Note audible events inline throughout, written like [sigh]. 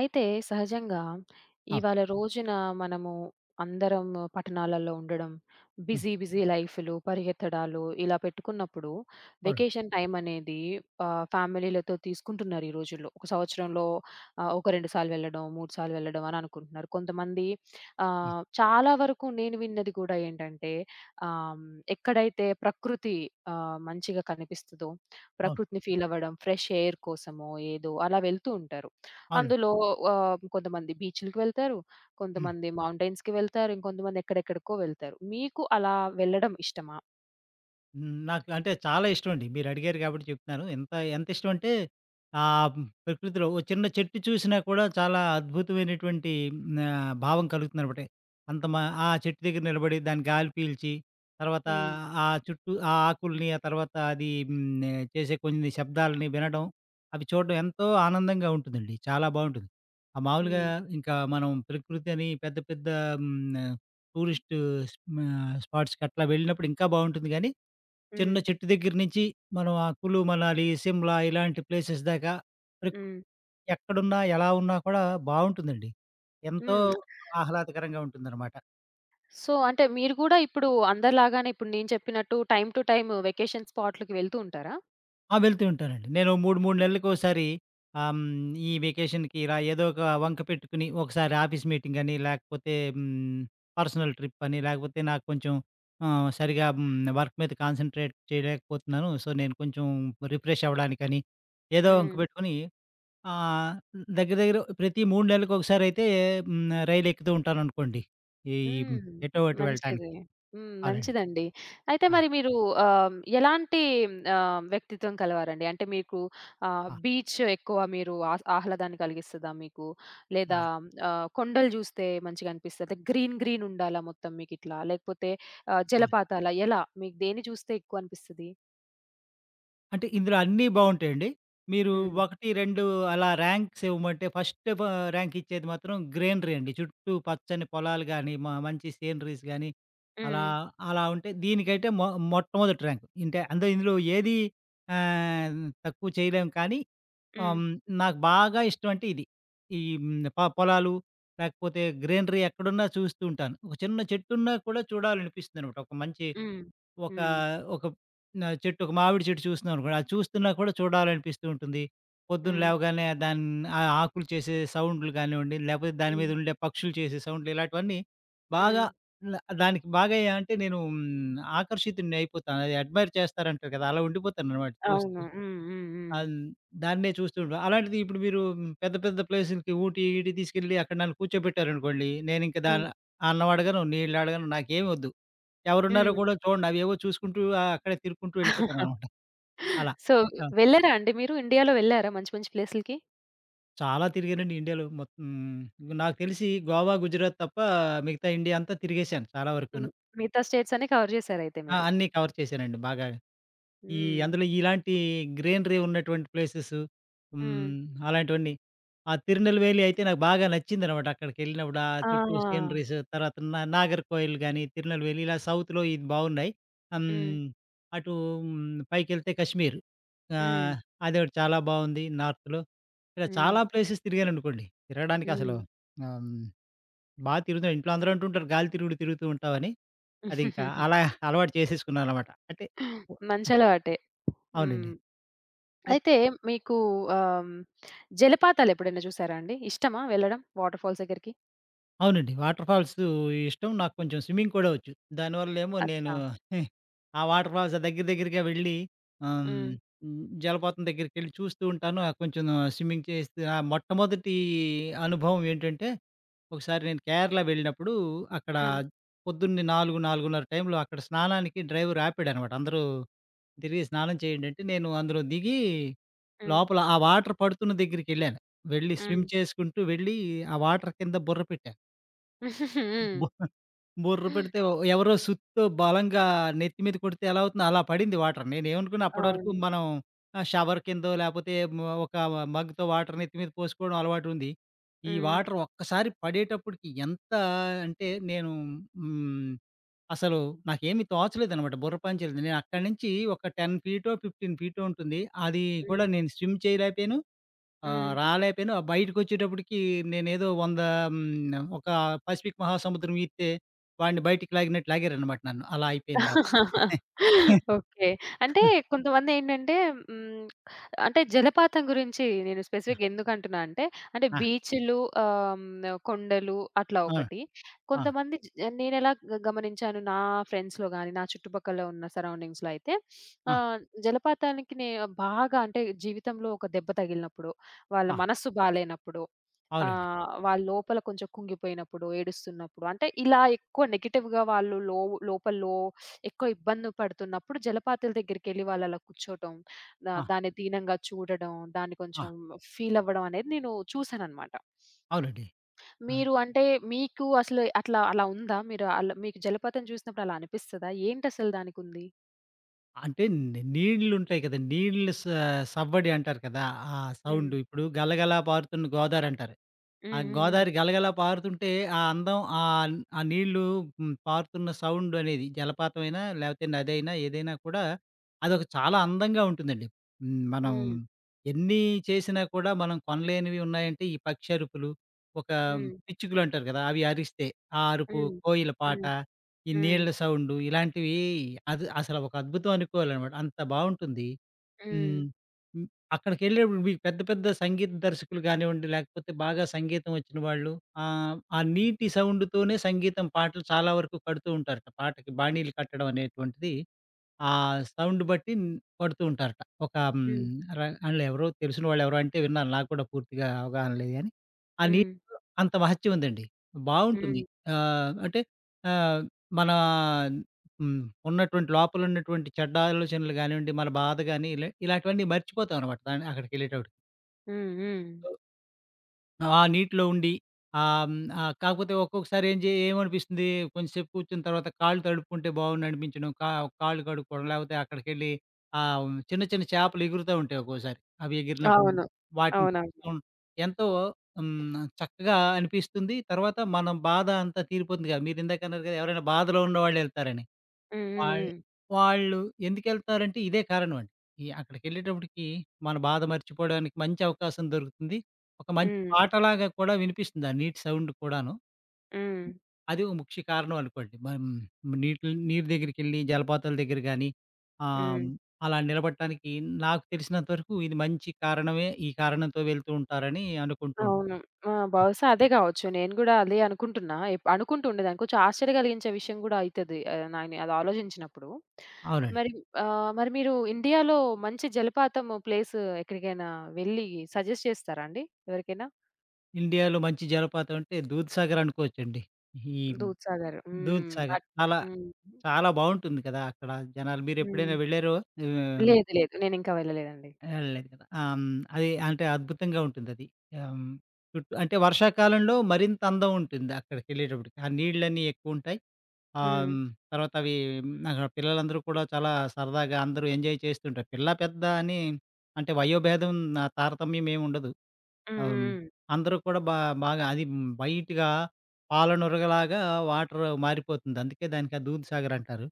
అయితే సహజంగా ఆ! ఇవాళ రోజున మనము అందరం పట్టణాలలో ఉండడం, హ్మ్. బిజీ బిజీ లైఫ్‌లు, పరిగెత్తడాలు ఇలా పెట్టుకున్నప్పుడు అవునండి. వెకేషన్ టైమ్ అనేది ఫ్యామిలీలతో తీసుకుంటున్నారు ఈ రోజుల్లో. ఒక సంవత్సరంలో ఒక 2 సార్లు వెళ్ళడం, 3 సార్లు వెళ్ళడం అని అనుకుంటున్నారు. కొంతమంది హ్మ్. చాలా వరకు నేను విన్నది కూడా ఏంటంటే ఆహ్, హ్మ్, ఎక్కడైతే ప్రకృతి మంచిగా కనిపిస్తదో, అవును. ప్రకృతిని ఫీల్ అవ్వడం, ఫ్రెష్ ఎయిర్ కోసమో ఏదో అలా వెళ్తూ ఉంటారు. అవునండి. అందులో కొంతమంది బీచ్‌లకి వెళ్తారు. హ్మ్. కొంతమంది మౌంటైన్స్‌కి వెళ్తారు. ఇంకొంతమంది ఎక్కడెక్కడికో వెళ్తారు. మీకు అలా వెళ్ళడం ఇష్టమా? హ్మ్. నాకు అంటే చాలా ఇష్టమండి. మీరడిగారు కాబట్టి చెప్తున్నాను. ఎంత ఎంత ఇష్టమంటే ఆహ్, ప్రకృతిలో ఓ చిన్న చెట్టు చూసినా కూడా చాలా అద్భుతమైనటువంటి భావం కలుగుతుందనమాట. అంత మ ఆ చెట్టు దగ్గర నిలబడి దాని గాలి పీల్చి, తర్వాత హ్మ్. ఆ చుట్టూ ఆ ఆకుల్ని, ఆ తర్వాత అది చేసే కొన్ని శబ్దాలని వినడం, అవి చూడడం ఎంతో ఆనందంగా ఉంటుందండి. చాలా బావుంటుంది. ఆ మామూలుగా హ్మ్. ఇంకా మనం ప్రకృతి అని పెద్ద పెద్ద హ్మ్, టూరిస్ట్ స్పాట్స్‌కి అట్లా వెళ్ళినప్పుడు ఇంకా బావుంటుంది గానీ చిన్న హ్మ్. చెట్టు దగ్గర నుంచి మనం ఆ కులు, మనాలి, సిమ్లా ఇలాంటి ప్లేసెస్ దాకా ప్రకృతి హ్మ్. ఎక్కడున్నా, ఎలా ఉన్నా కూడా బావుంటుందండి. ఎంతో హ్మ్. ఆహ్లాదకరంగా ఉంటుందనమాట. సో, అంటే మీరు కూడా ఇప్పుడు అందరిలాగానే ఇప్పుడు నేను చెప్పినట్టు టైమ్ టు టైమ్ వెకేషన్ స్పాట్‌లకి వెళ్తూ ఉంటారా? ఆ! వెళ్తూ ఉంటానండి. నేను 3, 3 నెలలకోసారి ఆహ్, హ్మ్, ఈ వెకేషన్‌కి ఇలా ఏదో ఒక వంక పెట్టుకుని ఒకసారి ఆఫీస్ మీటింగ్ అని, లేకపోతే పర్సనల్ ట్రిప్ అని, లేకపోతే నాకు కొంచెం సరిగా వర్క్ మీద కాన్సంట్రేట్ చేయలేకపోతున్నాను. సో, నేను కొంచెం రిఫ్రెష్ అవ్వడానికని ఏదో వంక హ్మ్. పెట్టుకొని ఆ! దగ్గర దగ్గర ప్రతి 3 నెలలకొకసారయితే హ్మ్. రైలెక్కుతూ ఉంటాననుకోండి. ఈ హ్మ్. ఎటో అటు మంచిది. వెళ్ళటానికి. హ్మ్. అవునండి. మంచిదండి. అయితే ఆ! మరి మీరు ఎలాంటి వ్యక్తిత్వం కలవారండి? అంటే మీకు ఆ! బీచ్ ఎక్కువ మీరు ఆహ్లాదాన్ని కలిగిస్తదా మీకు? లేదా ఆ! కొండలు చూస్తే మంచిగా అనిపిస్తదా? గ్రీన్ గ్రీన్ ఉండాలా మొత్తం మీకిట్లా? లేకపోతే ఆ! జలపాతాలా? ఎలా? మీకు దేన్ని చూస్తే ఎక్కువ అనిపిస్తది? అంటే ఇందులో అన్నీ బావుంటాయండి. మీరు హ్మ్. 1, 2 అలా ర్యాంక్స్ ఇవ్వమంటే ఫస్ట్ వ ర్యాంకిచ్చేది మాత్రం గ్రీనరీ అండి. చుట్టూ పచ్చని పొలాలు గాని, మంచి సీనరీస్ గాని, అలా హ్మ్. అలా ఉంటే దీనికైతే మొట్టమొదటి ర్యాంక్. ఇంటే అందులో ఇందులో ఏది ఆహ్, తక్కువ చేయలేం కానీ ఆహ్, హ్మ్. హ్మ్. నాకు బాగా ఇష్టం అంటే ఇది. ఈ హ్మ్. పొలాలు లేకపోతే గ్రీనరీ ఎక్కడున్నా చూస్తూ ఉంటాను. ఒక చిన్న చెట్టున్నా కూడా చూడాలనిపిస్తుందనమాట. ఒక మంచి హ్మ్. ఒక హ్మ్. ఒక న చెట్టు ఒక మామిడి చెట్టు చూస్తున్నామనుకోండి, అది చూస్తున్నా కూడా చూడాలనిపిస్తూ ఉంటుంది. పొద్దున్న హ్మ్. లేవగానే దాని ఆ ఆకులు చేసే సౌండ్‌లు కానివ్వండి, లేకపోతే దాని హ్మ్. మీద ఉండే పక్షులు చేసే సౌండ్‌లు ఇలాంటివన్నీ బాగా హ్మ్. ల దానికి బాగా అంటే నేను ఆకర్షితుడిని అయిపోతాను. అది అడ్మైర్ చేస్తారంటారు కదా! అలా ఉండిపోతాననమాట చూస్తూ. అవును. హ్మ్. హ్మ్. అన్ దాన్నే చూస్తూ ఉంటాం. అలాంటిది ఇప్పుడు మీరు పెద్ద పెద్ద ప్లేసులకి ఊటీ, ఈటీ తీసుకెళ్ళి అక్కడ నన్ను కూర్చోబెట్టారనుకోండి, నేనింక హ్మ్. దాన్ అన్నం అడగను, నీళ్ళు అడగను, నాకేమి వద్దు. ఎవరున్నారో హ్మ్. కూడా చూడను. అవేవో చూసుకుంటూ అక్కడే తిరుక్కుంటూ హ్మ్. వెళ్ళిపోతాననమాట. అలా. సో, ఆ! వెళ్లారా అండి మీరు? ఇండియాలో వెళ్లారా మంచి మంచి ప్లేసులకి? చాలా తిరిగానండి ఇండియాలో మొత్తం. నాకు తెలిసి గోవా, గుజరాత్ తప్ప మిగతా ఇండియా అంతా తిరిగేశాను చాలా వరకును. హ్మ్. మిగతా స్టేట్స్ అన్ని కవర్ చేసారయితే ఆ! మీరు. అన్నీ కవర్ చేశానండి బాగా. ఈ హ్మ్. అందులో ఇలాంటి గ్రీనరీ ఉన్నటువంటి ప్లేసెసు హ్మ్. హ్మ్. అలాంటివన్నీ. ఆ 'తిరునెల్వేలి' అయితే నాకు బాగా నచ్చిందనమాట. అక్కడికెళ్ళినప్పుడు ఆ చుట్టూ ఆ! సీనరీస్ తర్వాత నాగర్‌కోయిల్ గాని, తిరునెల్వేలి ఇలా సౌత్‌లో ఇది బావున్నాయి. హ్మ్. హ్మ్. అటు హ్మ్. పైకెళ్తే కాశ్మీర్. హ్మ్. ఆహ్, అదొకటి చాలా బావుంది నార్త్‌లో. ఇలా హ్మ్. చాలా ప్లేసెస్ తిరిగాననుకోండి. తిరగడానికి అసలు హ్మ్. ఆహ్, హ్మ్. తిరుగుతా ఇంట్లో అందరూ అంటుంటారు గాలి తిరుగుడు తిరుగుతూ ఉంటావని. అదింకా [laughs] అలవాటు చేసేసుకున్నాననమాట. అంటే మంచి అలవాటే. అవునండి. హ్మ్. అయితే మీకు ఆహ్, జలపాతాలెప్పుడైనా చూసారా అండి? ఇష్టమా వెళ్ళడం వాటర్ ఫాల్స్ దగ్గరికి? అవునండి. వాటర్ ఫాల్స్ ఇష్టం. నాకు కొంచెం స్విమ్మింగ్ కూడా వచ్చు. దానివల్లేమో నేను అచ్చా! [laughs] ఆ వాటర్ ఫాల్స్ దగ్గర దగ్గరగా వెళ్ళి ఆహ్, హ్మ్. హ్మ్. హ్మ్. జలపాతం దగ్గరికెళ్ళి చూస్తూ ఉంటాను. కొంచెం స్విమ్మింగ్ చేస్తూ ఆ మొట్టమొదటి అనుభవం ఏంటంటే, ఒకసారి నేను కేరళ వెళ్ళినప్పుడు అక్కడ హ్మ్. పొద్దున్నే 4, 4:30 టైంలో అక్కడ స్నానానికి డ్రైవర్ ఆపాడనమాట. అందరూ తిరిగి స్నానం చేయండి అంటే, నేను అందులో దిగి హ్మ్. లోపల ఆ వాటర్ పడుతున్న దగ్గరికెళ్ళాను. వెళ్ళి హ్మ్. స్విమ్ చేసుకుంటూ వెళ్ళి ఆ వాటర్ కింద బుర్ర పెట్టా. హ్మ్. బు [laughs] బుర్ర పెడితే ఎవరో సుత్తో బలంగా నెత్తి మీద కొడితే ఎలా అవుతుందో అలా పడింది వాటర్. నేనేమనుకున్నా అప్పటి వరకు అవును. మనం షవర్ కిందో లేపోతే ఒక మగ్‌తో వాటర్ నెత్తి మీద పోసుకోవడం అలవాటుంది. ఈ హ్మ్. వాటర్ ఒక్కసారి పడేటప్పటికి ఎంత అంటే నేను హ్మ్, అసలు నాకేమి తోచలేదనమాట. బుర్ర పని చేయలేదు. నేను అక్కడి నుంచి ఒక 10 ఫీటో, 15 ఫీటో ఉంటుంది. అది హ్మ్. కూడా నేను స్విమ్ చేయలేకపోయాను. ఆ! హ్మ్. రాలేపోయాను. బయటికొచ్చేటప్పటికి నేనేదో 100 ఒక పసిఫిక్ మహాసముద్రం ఈత్తే వాడిని బయటికి లాగినట్టు లాగారనమాట నన్ను. అలా అయిపోయింది ఆ పాప. [laughs] ఓకే. అంటే కొంతమందేంటంటే హ్మ్. అంటే జలపాతం గురించి నేను స్పెసిఫిక్‌గా ఎందుకంటున్నా అంటే, అంటే ఆ! బీచ్‌లు ఆహ్, కొండలు అట్లా అవును. ఒకటి. ఆ! కొంతమంది నేనెలా గమనించాను నా ఫ్రెండ్స్‌లో గాని, నా చుట్టుపక్కల ఉన్న సరౌండింగ్స్‌లో అయితే ఆ! ఆహ్, జలపాతానికి బాగా అంటే జీవితంలో ఒక దెబ్బ తగిలినప్పుడు, వాళ్ళ ఆ! మనస్సు బాలేనప్పుడు, అవునండి. వాళ్ళు లోపల కొంచెం కుంగిపోయినప్పుడు, ఏడుస్తున్నప్పుడు అంటే ఇలా ఎక్కువ నెగెటివ్‌గా వాళ్ళు లోపల ఎక్కువ ఇబ్బంది పడుతున్నప్పుడు జలపాతాల దగ్గరికెళ్ళి వాళ్ళు అలా కూర్చోటం, ఆ! దాన్ని దీనంగా చూడడం, దాన్ని ఆ! కొంచెం ఫీల్ అవ్వడం అనేది నేను చూసాననమాట. అవునండి. ఆ! మీరు అంటే మీకు అసలు అలా ఉందా? మీరు అలా మీకు జలపాతం చూసినప్పుడు అలా అనిపిస్తదా? ఏంటసలు దానికుంది? అంటే నీళ్లుంటాయి కదండీ! నీళ్ళు స సవ్వడి అంటారు కదా! ఆ హ్మ్. సౌండు ఇప్పుడు గలగలా పారుతున్న గోదావరంటారు. ఆ హ్మ్. గోదావరి గలగలా పారుతుంటే ఆ అందం ఆ నీళ్ళు పారుతున్న సౌండ్ అనేది జలపాతం అయినా, లేకపోతే నది అయినా ఏదైనా కూడా అదొక చాలా అందంగా ఉంటుందండి. హ్మ్. మనం హ్మ్. ఎన్ని చేసినా కూడా మనం కొనలేనివి ఉన్నాయంటే ఈ పక్షి అరుపులు, ఒక హ్మ్. పిచ్చుకలు అంటారు కదా! అవి అరిస్తే ఆ అరుపు, హ్మ్. కోయిల పాట, హ్మ్. ఈ హ్మ్. నీళ్ళ సౌండు ఇలాంటివి అది అసలు ఒక అద్భుతం అనుకోవాలనమాట. అంత బావుంటుంది. హ్మ్. హ్మ్. హ్మ్. అక్కడికెళ్ళేప్పుడు మీకు పెద్ద పెద్ద సంగీత దర్శకులు గానివ్వండి, లేకపోతే బాగా సంగీతం వచ్చిన వాళ్ళు ఆ నీటి సౌండ్‌తోనే సంగీతం పాటలు చాలా వరకు కడుతూ ఉంటారట. పాటకి బాణీలు కట్టడం అనేటువంటిది ఆ సౌండ్ బట్టి పడుతూ ఉంటారట. ఒక హ్మ్. హ్మ్. హ్మ్. ర ఆళ్ళెవరో తెలిసిన వాళ్ళెవరో అంటే విన్నాను. నాకు కూడా పూర్తిగా అవగాహన లేదు గానీ. ఆ నీ హ్మ్. అంత మహత్యం ఉందండి. బావుంటుంది. హ్మ్. అంటే ఆహ్, మన హ్మ్. ఉన్నటువంటి లోపల ఉన్నటువంటి చెడ్డ ఆలోచనలు గానివ్వండి, మన బాధ గాని ఇలా ఇలాంటివన్నీ మర్చిపోతామనమాట దాన్ని అక్కడికెళ్ళేటప్పటికి. హ్మ్. హ్మ్. ఆ నీటిలో ఉండి కాకపోతే ఒక్కొక్కసారి ఏం జే ఏమనిపిస్తుంది కొంచెంసేపు కూర్చున్న తర్వాత కాళ్ళు తడుపుకుంటే బావుండు అనిపించడం. కాళ్ళు కడుక్కోవడం లేకపోతే అక్కడికెళ్ళి చిన్న చిన్న చేపలు ఎగురుతా ఉంటాయి ఒక్కోసారి. అవి ఎగిరినప్పుడు అవును. వాటిని అవునవును. చూస్తూ ఉం- ఎంతో చక్కగా అనిపిస్తుంది. తర్వాత మనం బాధ అంతా తీరిపోతుంది కదా! మీరిందాక అన్నారు కదా! ఎవరైనా బాధలో ఉన్నవాళ్ళెళ్తారని. హ్మ్. వాళ్ హ్మ్. వాళ్ళు ఎందుకెళ్తున్నారంటే ఇదే కారణమండి. అక్కడికెళ్ళేటప్పటికి మన బాధ మర్చిపోవడానికి మంచి అవకాశం దొరుకుతుంది. ఒక మంచి హ్మ్. పాటలాగా కూడా వినిపిస్తుంది. ఆ నీటి సౌండ్ కూడాను. హ్మ్. హ్మ్. అది ఓ ముఖ్య కారణం అనుకోండి. మనం నీరు దగ్గరికెళ్ళి జలపాతాల దగ్గర గానీ, ఆహ్, హ్మ్. అలా నిలబడటానికి నాకు తెలిసినంత వరకు ఇది మంచి కారణమే. ఈ కారణంతో వెళ్తూ ఉంటారని అనుకుంటూ ఉంటాను. అవును. ఆ! బహుశా అదే గావచ్చు. నేను గూడా అదే అనుకుంటున్నా. అనుకుంటూ ఉండేదాన్ని. కొంచెం ఆశ్చర్య కలిగించే విషయం గూడా అయితది. నాని అది ఆలోచించినప్పుడు. అవునండి. మరి మరి మీరు ఇండియాలో మంచి జలపాతం ప్లేస్ ఎక్కడికైనా వెళ్లి సజెస్ట్ చేస్తారా అండి ఎవరికైనా? ఇండియాలో మంచి జలపాతం అంటే దూద్‌సాగర్ అనుకోవచ్చండి. ఈ 'దూద్‌సాగర్' హ్మ్. దూద్‌సాగర్. అలా హ్మ్. చాలా బావుంటుంది కదా! అక్కడ జనాలు. హ్మ్. మీరెప్పుడైనా వెళ్లారో? ఆహ్, లేదు. లేదు. నేనింకా వెళ్ళలేదండి. వెళ్ళలేదు కదా! ఆహ్, హ్మ్. అది అంటే అద్భుతంగా ఉంటుందది. ఆహ్, హ్మ్. చుట్టూ అంటే వర్షాకాలంలో మరింత అందం ఉంటుంది అక్కడికెళ్ళేటప్పటికి. ఆ నీళ్ళన్నీ ఎక్కువుంటాయి. ఆహ్, హ్మ్. హ్మ్. తర్వాత అవి అక్కడ పిల్లలందరూ కూడా చాలా సరదాగా అందరూ ఎంజాయ్ చేస్తుంటారు. పిల్ల, పెద్ద అని అంటే వయోభేదం ఆ తారతమ్యం ఏమి ఉండదు. హ్మ్. ఆహ్, హ్మ్. హ్మ్. అందరూ కూడా బాగా అది వైట్‌గా పాలనురగలాగా వాటర్ మారిపోతుంది. అందుకే దానికి ఆ దూద్ సాగర్ అంటారు.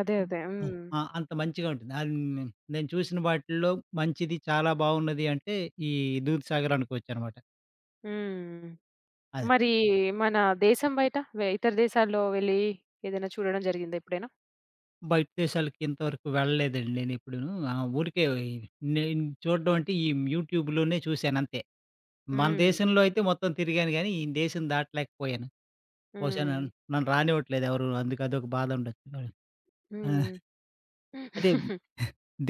అదే. అన్ అదే. ఆ! హ్మ్. ఆ! అంత మంచిగా ఉంటుంది. అది నే నేను చూసిన వాటిల్లో మంచిది, చాలా బావున్నది అంటే ఈ 'దూద్‌సాగర్' అనుకోవచ్చనమాట. హ్మ్. అదే. మరి మన దేశం బయట? ఇతర దేశాల్లో వెళ్ళి ఏదైనా చూడడం జరిగిందా ఎప్పుడైనా? బయట దేశాలకి ఇంతవరకు వెళ్ళలేదండి నేనెప్పుడూను. ఆ! ఊరికే ఈ- నేను చూడడం అంటే యూట్యూబ్‌లోనే చూశానంతే. మన హ్మ్. దేశంలో అయితే మొత్తం తిరిగాను గానీ, ఈ దేశం దాటలేకపోయాను. బహుశా హ్మ్. నన్ నన్ను రానివ్వట్లేదు ఎవరు. అందుకు అదొక బాధ ఉండొచ్చు. ఆ! హ్మ్. అదే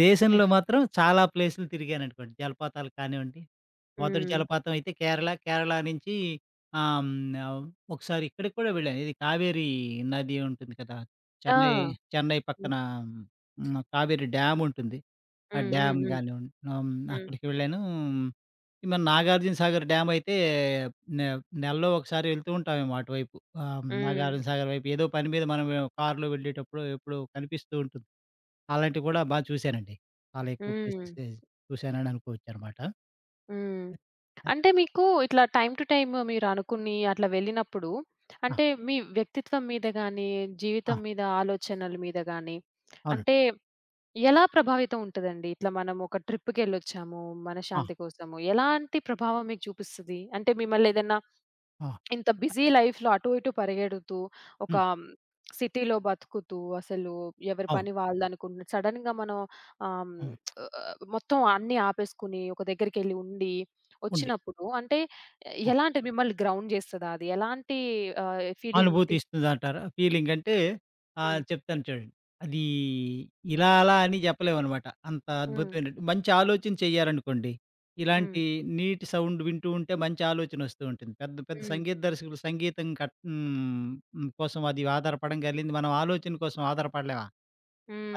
దేశంలో మాత్రం చాలా ప్లేసులు తిరిగాననుకోండి. జలపాతాలు కానివ్వండి, మొదటి హ్మ్. జలపాతం అయితే కేరళ. కేరళ నుంచి ఆహ్, హ్మ్, ఒకసారి ఇక్కడికి కూడా వెళ్ళాను. ఇది కావేరీ నది ఉంటుంది కదా! ఆ! చెన్నై చెన్నై హ్మ్. పక్కన కావేరీ డ్యామ్ ఉంటుంది. ఆ హ్మ్. హ్మ్. డ్యామ్ హ్మ్. కానివ్వండి, హ్మ్. అక్కడికి వెళ్ళాను. ఈ మన 'నాగార్జున సాగర్' డ్యామ్ అయితే నె నెలలో ఒకసారి వెళ్తూ ఉంటామేమో అటువైపు. హ్మ్. 'నాగార్జున సాగర్' వైపు ఏదో పని మీద మనం కార్‌లో వెళ్ళేటప్పుడు ఎప్పుడో కనిపిస్తూ ఉంటుంది. అలాంటివి గూడా చూసానండి. చాలా ఎక్కువ హ్మ్. ప్లేసెస్ చూసానని అనుకోవచ్చనమాట. హ్మ్. [laughs] అంటే మీకు ఇట్లా టైమ్ టు టైమ్ మీరనుకుని అట్లా వెళ్ళినప్పుడు ఆ! అంటే మీ వ్యక్తిత్వం మీద గాని, ఆ! జీవితం మీద ఆలోచనల మీద గాని అవునండి. అంటే ఎలా ప్రభావితం ఉంటదండి? ఇట్లా మనం ఒక ట్రిప్‌కెళ్ళొచ్చాము ఆ! మనశ్శాంతి కోసము. ఎలాంటి ప్రభావం మీకు చూపిస్తది? అంటే మిమ్మల్ని ఏదన్నా ఆ! ఇంత బిజీ లైఫ్‌లో అటు ఇటు పరిగెడుతూ, ఒక హ్మ్. సిటీలో బతుకుతూ, అసలు ఎవరి అవును. పని వాళ్ళదనుకుంటున్న సడెన్‌గా మనం హ్మ్. మొత్తం అన్నీ ఆపేసుకొని, ఒక దగ్గరికెళ్ళి ఉండి, ఉంది. వచ్చినప్పుడు అంటే ఆ! ఎలాంటి మిమ్మల్ని గ్రౌండ్ చేస్తదా అది? ఎలాంటి ఫీలింగ్ అనుభూతి ఇస్తుందంటారా? ఫీలింగ్ అంటే హ్మ్. చెప్తాను చూడండి. అది ఇలా అలా అని చెప్పలేమనమాట. అంత హ్మ్. అద్భుతమైన మంచి ఆలోచన చేయాలనుకోండి. హ్మ్. ఇలాంటి నీట్ సౌండ్ వింటూ ఉంటే మంచి ఆలోచన వస్తూ ఉంటుంది. పెద్ద పెద్ద హ్మ్. సంగీత దర్శకులు సంగీతం కట్ హ్మ్. కోసం అది ఆధారపడడం జరిగింది. మనం ఆలోచన కోసం ఆధారపడలేమా?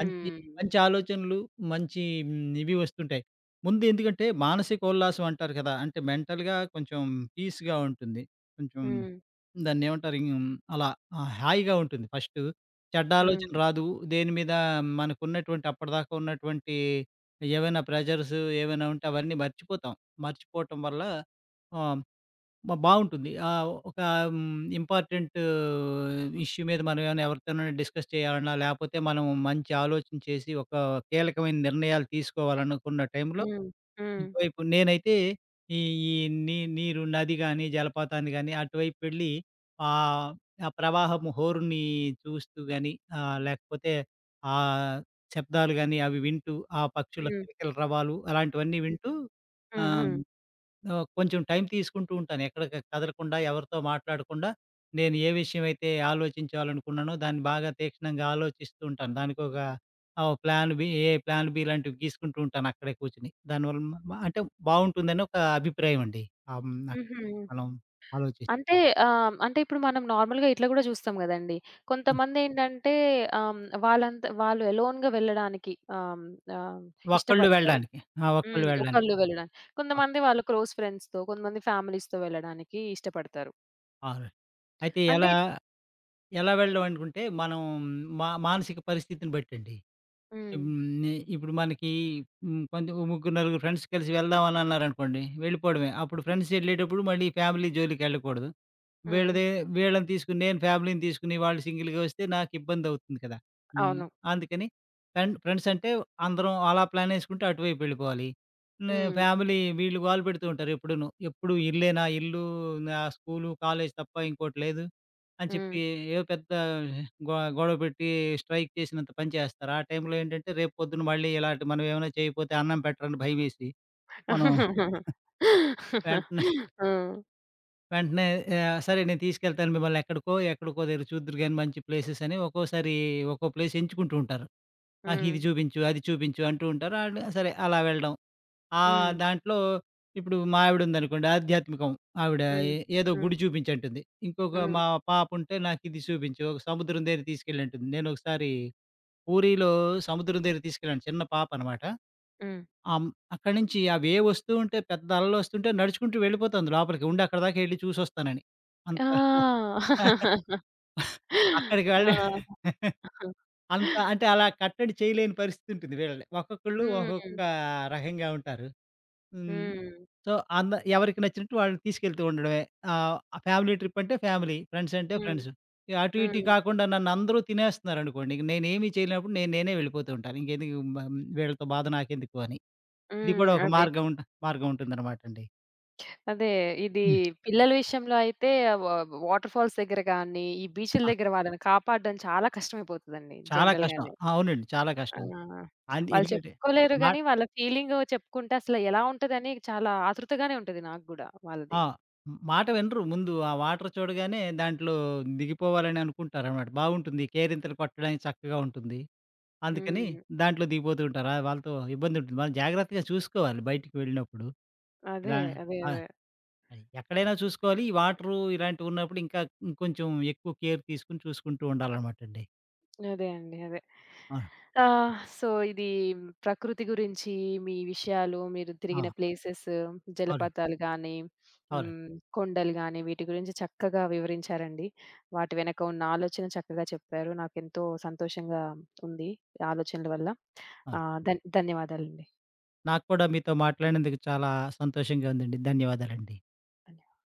మంచి, మంచి ఆలోచనలు, మంచి ఇవి వస్తుంటాయి. ముందు ఎందుకంటే మానసిక ఉల్లాసం అంటారు కదా! అంటే మెంటల్‌గా కొంచెం పీస్‌గా ఉంటుంది. కొంచెం హ్మ్. దాన్నేమంటారు? అలా హాయిగా ఉంటుంది ఫస్టు. చెడ్డ హ్మ్. ఆలోచన రాదు. దేని మీద మనకున్నటువంటి అప్పటిదాకా ఉన్నటువంటి ఏవైనా ప్రెషర్స్ ఏవైనా ఉంటే అవన్నీ మర్చిపోతాం. మర్చిపోవటం వల్ల ఆహ్, బావుంటుంది. ఒక ఇంపార్టెంట్ ఇష్యూ మీద మనం ఏమైనా ఎవరితోనైనా డిస్కస్ చేయాలన్నా, లేపోతే మనం మంచి ఆలోచన చేసి, ఒక కీలకమైన నిర్ణయాలు తీసుకోవాలనుకున్న టైంలో, హ్మ్. హ్మ్. ఇటువైపు నేనైతే ఈ ఈ నీ నీరు నది గాని, జలపాతాన్ని గాని అటువైపు వెళ్ళి ఆహ్, ఆ ప్రవాహము హోరుని చూస్తూ గాని, లేకపోతే ఆ శబ్దాలు గాని అవి వింటూ, ఆ పక్షుల హ్మ్. కిలకిల రవాలు అలాంటివన్నీ హ్మ్. వింటూ హ్మ్. హ్మ్. ఆహ్ హ్మ్. ఆహ్, కొంచెం టైం తీసుకుంటూ ఉంటాను. ఎక్కడికి కదలకుండా, ఎవరితో మాట్లాడకుండా, నేను ఏ విషయమైతే ఆలోచించాలనుకున్నానో దాన్ని బాగా తీక్షణంగా ఆలోచిస్తూ ఉంటాను. దానికొక ప్లాన్ బి లాంటివి గీసుకుంటూ ఉంటాను అక్కడే కూర్చొని. దానివల్ల మ మ- అంటే బావుంటుందని ఒక అభిప్రాయం అండి. ఆహ్, హ్మ్. అక్కడికెళ్ళి హుహు. మనం ఆలోచిస్ అంటే అంటే ఇప్పుడు మనం నార్మల్‌గా ఇట్లా గూడా చూస్తాం గదండీ. ఆ! కొంతమందేంటంటే వాళ్ళంత వాళ్ళు ఎలోన్‌గా వెళ్ళడానికి ఆహ్, ఆహ్, ఒక్కళ్ళు ఇష్టపడతారు. వెళ్ళడానికి. ఆ! హ్మ్. ఒక్కళ్ళు వెళ్ళడానికి. ఒకళ్ళు వెళ్ళడానికి. ఆ! కొంతమంది వాళ్ళ క్లోజ్ ఫ్రెండ్స్‌తో, కొంతమంది ఫ్యామిలీస్‌తో వెళ్ళడానికి ఇష్టపడతారు. అవును. అయితే అంటే ఎలా ఎలా వెళ్ళడం అనుకుంటే, మా మానసిక పరిస్థితిని బట్టండి. హ్మ్. హ్మ్. ఇప్పుడు మనకి హ్మ్. కొంచెం ఓ ముగ్గురు, నలుగురు ఫ్రెండ్స్ కలిసి వెళ్దాం అని అన్నారనుకోండి, వెళ్ళిపోవడమే. అప్పుడు ఫ్రెండ్స్ ఎళ్ళేటప్పుడు మళ్ళీ ఫ్యామిలీ జోలికెళ్ళకూడదు. హ్మ్. వీళ్ళదే వీళ్ళని తీసుకొని నేను ఫ్యామిలీని తీసుకొని వాళ్ళు సింగిల్‌గా వస్తే నాకు ఇబ్బందవుతుంది కదా! హ్మ్. అవును. అందుకని ఫ్రెండ్స్ అంటే అందరం అలా ప్లాన్ యేసుకుంటే అటువైపు వెళ్ళిపోవాలి. హ్మ్. ఫ్యామిలీ వీళ్ళు గోల పెడుతూ ఉంటారు ఎప్పుడూను. ఎప్పుడు ఇల్లే నా ఇల్లు, నా స్కూలు, కాలేజు తప్ప ఇంకోటి లేదు అని హ్మ్. చెప్పి ఏదో పెద్ద గొ గొడవ పెట్టి స్ట్రైక్ చేసినంత పని చేస్తారు. ఆ టైంలో ఏంటంటే రేపు పొద్దున మళ్ళీ ఇలాంటి మనం ఏమైనా చేయకపోతే అన్నం పెట్టరని భయమేసి మనం [laughs] వెంటనే హ్మ్. వెంటనే సరే నేను తీసుకెళ్తాను మిమ్మల్ని ఎక్కడికో, ఎక్కడికో దగ్గర చూద్దురు గాని మంచి ప్లేసెస్ అని ఒక్కోసారి ఒక్కో ప్లేస్ ఎంచుకుంటూ ఉంటారు. నాకు హ్మ్. ఇది చూపించు, అది చూపించు అంటూ ఉంటారు. ఆళ్ళు సరే అలా వెళ్ళడం. హ్మ్. దాంట్లో ఇప్పుడు మా ఆవిడ ఉందనుకోండి ఆధ్యాత్మికం. ఆవిడ ఏ హ్మ్. ఏదో హ్మ్. గుడి చూపించంటుంది. ఇంకొక హ్మ్. మా పాప ఉంటే నాకు ఇది చూపించు, ఒక సముద్రం దగ్గర తీసుకెళ్ళంటుంది. నేను ఒకసారి పూరీలో సముద్రం దగ్గర తీసుకెళ్ళాను. చిన్న పాప అనమాట. హ్మ్. అం అక్కడి నుంచి అవేవో వస్తూ ఉంటే, పెద్ద అలలొస్తుంటే నడుచుకుంటూ వెళ్ళిపోతుంది లోపలికి. ఉండు అక్కడి దాకా ఎళ్లి చూసొస్తానని. అంత ఆ! [laughs] అక్కడికి వెళ్ళి [laughs] అంత ఆ! అంటే అలా కట్టడి చేయలేని పరిస్థితి ఉంటుంది వీళ్ళని. ఒక్కొక్కళ్ళు హ్మ్. ఒక్కొక్క రకంగా ఉంటారు. హ్మ్. హ్మ్. సో, ఎవరికి నచ్చినట్టు వాళ్ళని తీసుకెళ్తూ ఉండడమే. ఆహ్, ఫ్యామిలీ ట్రిప్ అంటే ఫ్యామిలీ, ఫ్రెండ్స్ అంటే హ్మ్. ఫ్రెండ్స్. ఇక అటు ఇటు హ్మ్. కాకుండా నన్నందరూ తినేస్తున్నారనుకోండి, ఇక నేనేమీ చేయలేనప్పుడు నేనే వెళ్ళిపోతూ ఉంటాను. ఇంకెందుకు వీళ్ళతో బాధ నాకెందుకు అని. ఇది హ్మ్. కూడా ఒక అదే. మార్గం మార్గం ఉంటుందనమాటండి. అదే. ఇది హ్మ్. పిల్లల విషయంలో అయితే వ వాటర్ ఫాల్స్ దగ్గర గాని, ఈ బీచ్‌ల ఆ! దగ్గర వాళ్ళని కాపాడడం చాలా కష్టమైపోతదండి చాలా కష్టం. జనరల్‌గానే. ఆ! అవునండి. చాలా ఆ! కష్టం. అండ్ వాళ్ళు ఎందుకంటే చెప్పుకోలేరు మా గానీ, వాళ్ళ ఫీలింగు చెప్పుకుంటే అసలు ఎలా ఉంటదని చాలా ఆతృతగానే ఉంటది నాకు గూడా వాళ్ళది. ఆ! మాట వినరు. ముందు ఆ వాటర్ చూడగానే దాంట్లో దిగిపోవాలని అనుకుంటారనమాట. బావుంటుంది. కేరింతలు కొట్టడానికి చక్కగా ఉంటుంది. అందుకని హ్మ్. దాంట్లో దిగిపోతూ ఉంటారు. ఆ! వాళ్ళతో ఇబ్బందుంటుంది. మనం జాగ్రత్తగా చూసుకోవాలి బయటికి వెళ్ళినప్పుడు. అదే. ఇలా అదే. ఆ! అదే. ఎక్కడైనా చూసుకోవాలి. ఈ వాటరు ఇలాంటివున్నప్పుడు ఇంకా ఇంకొంచెం ఎక్కువ కేర్ తీసుకొని చూసుకుంటూ ఉండాలనమాటండి. అదే అండి. అదే. అవును. సో, ఇది ప్రకృతి గురించి మీ విషయాలు, మీరు తిరిగిన ఆ! ప్లేసెస్, అవునండి. జలపాతాలు గానీ, అవునండి. హ్మ్, కొండలు గానీ, వీటి గురించి చక్కగా వివరించారండి. వాటి వెనక ఉన్న ఆలోచన చక్కగా చెప్పారు. నాకెంతో సంతోషంగా ఉంది ఈ ఆలోచనల వల్ల. అవును. ధన్యవాదాలండి. నాకు కూడా మీతో మాట్లాడినందుకు చాలా సంతోషంగా ఉందండి. ధన్యవాదాలండి. ధన్య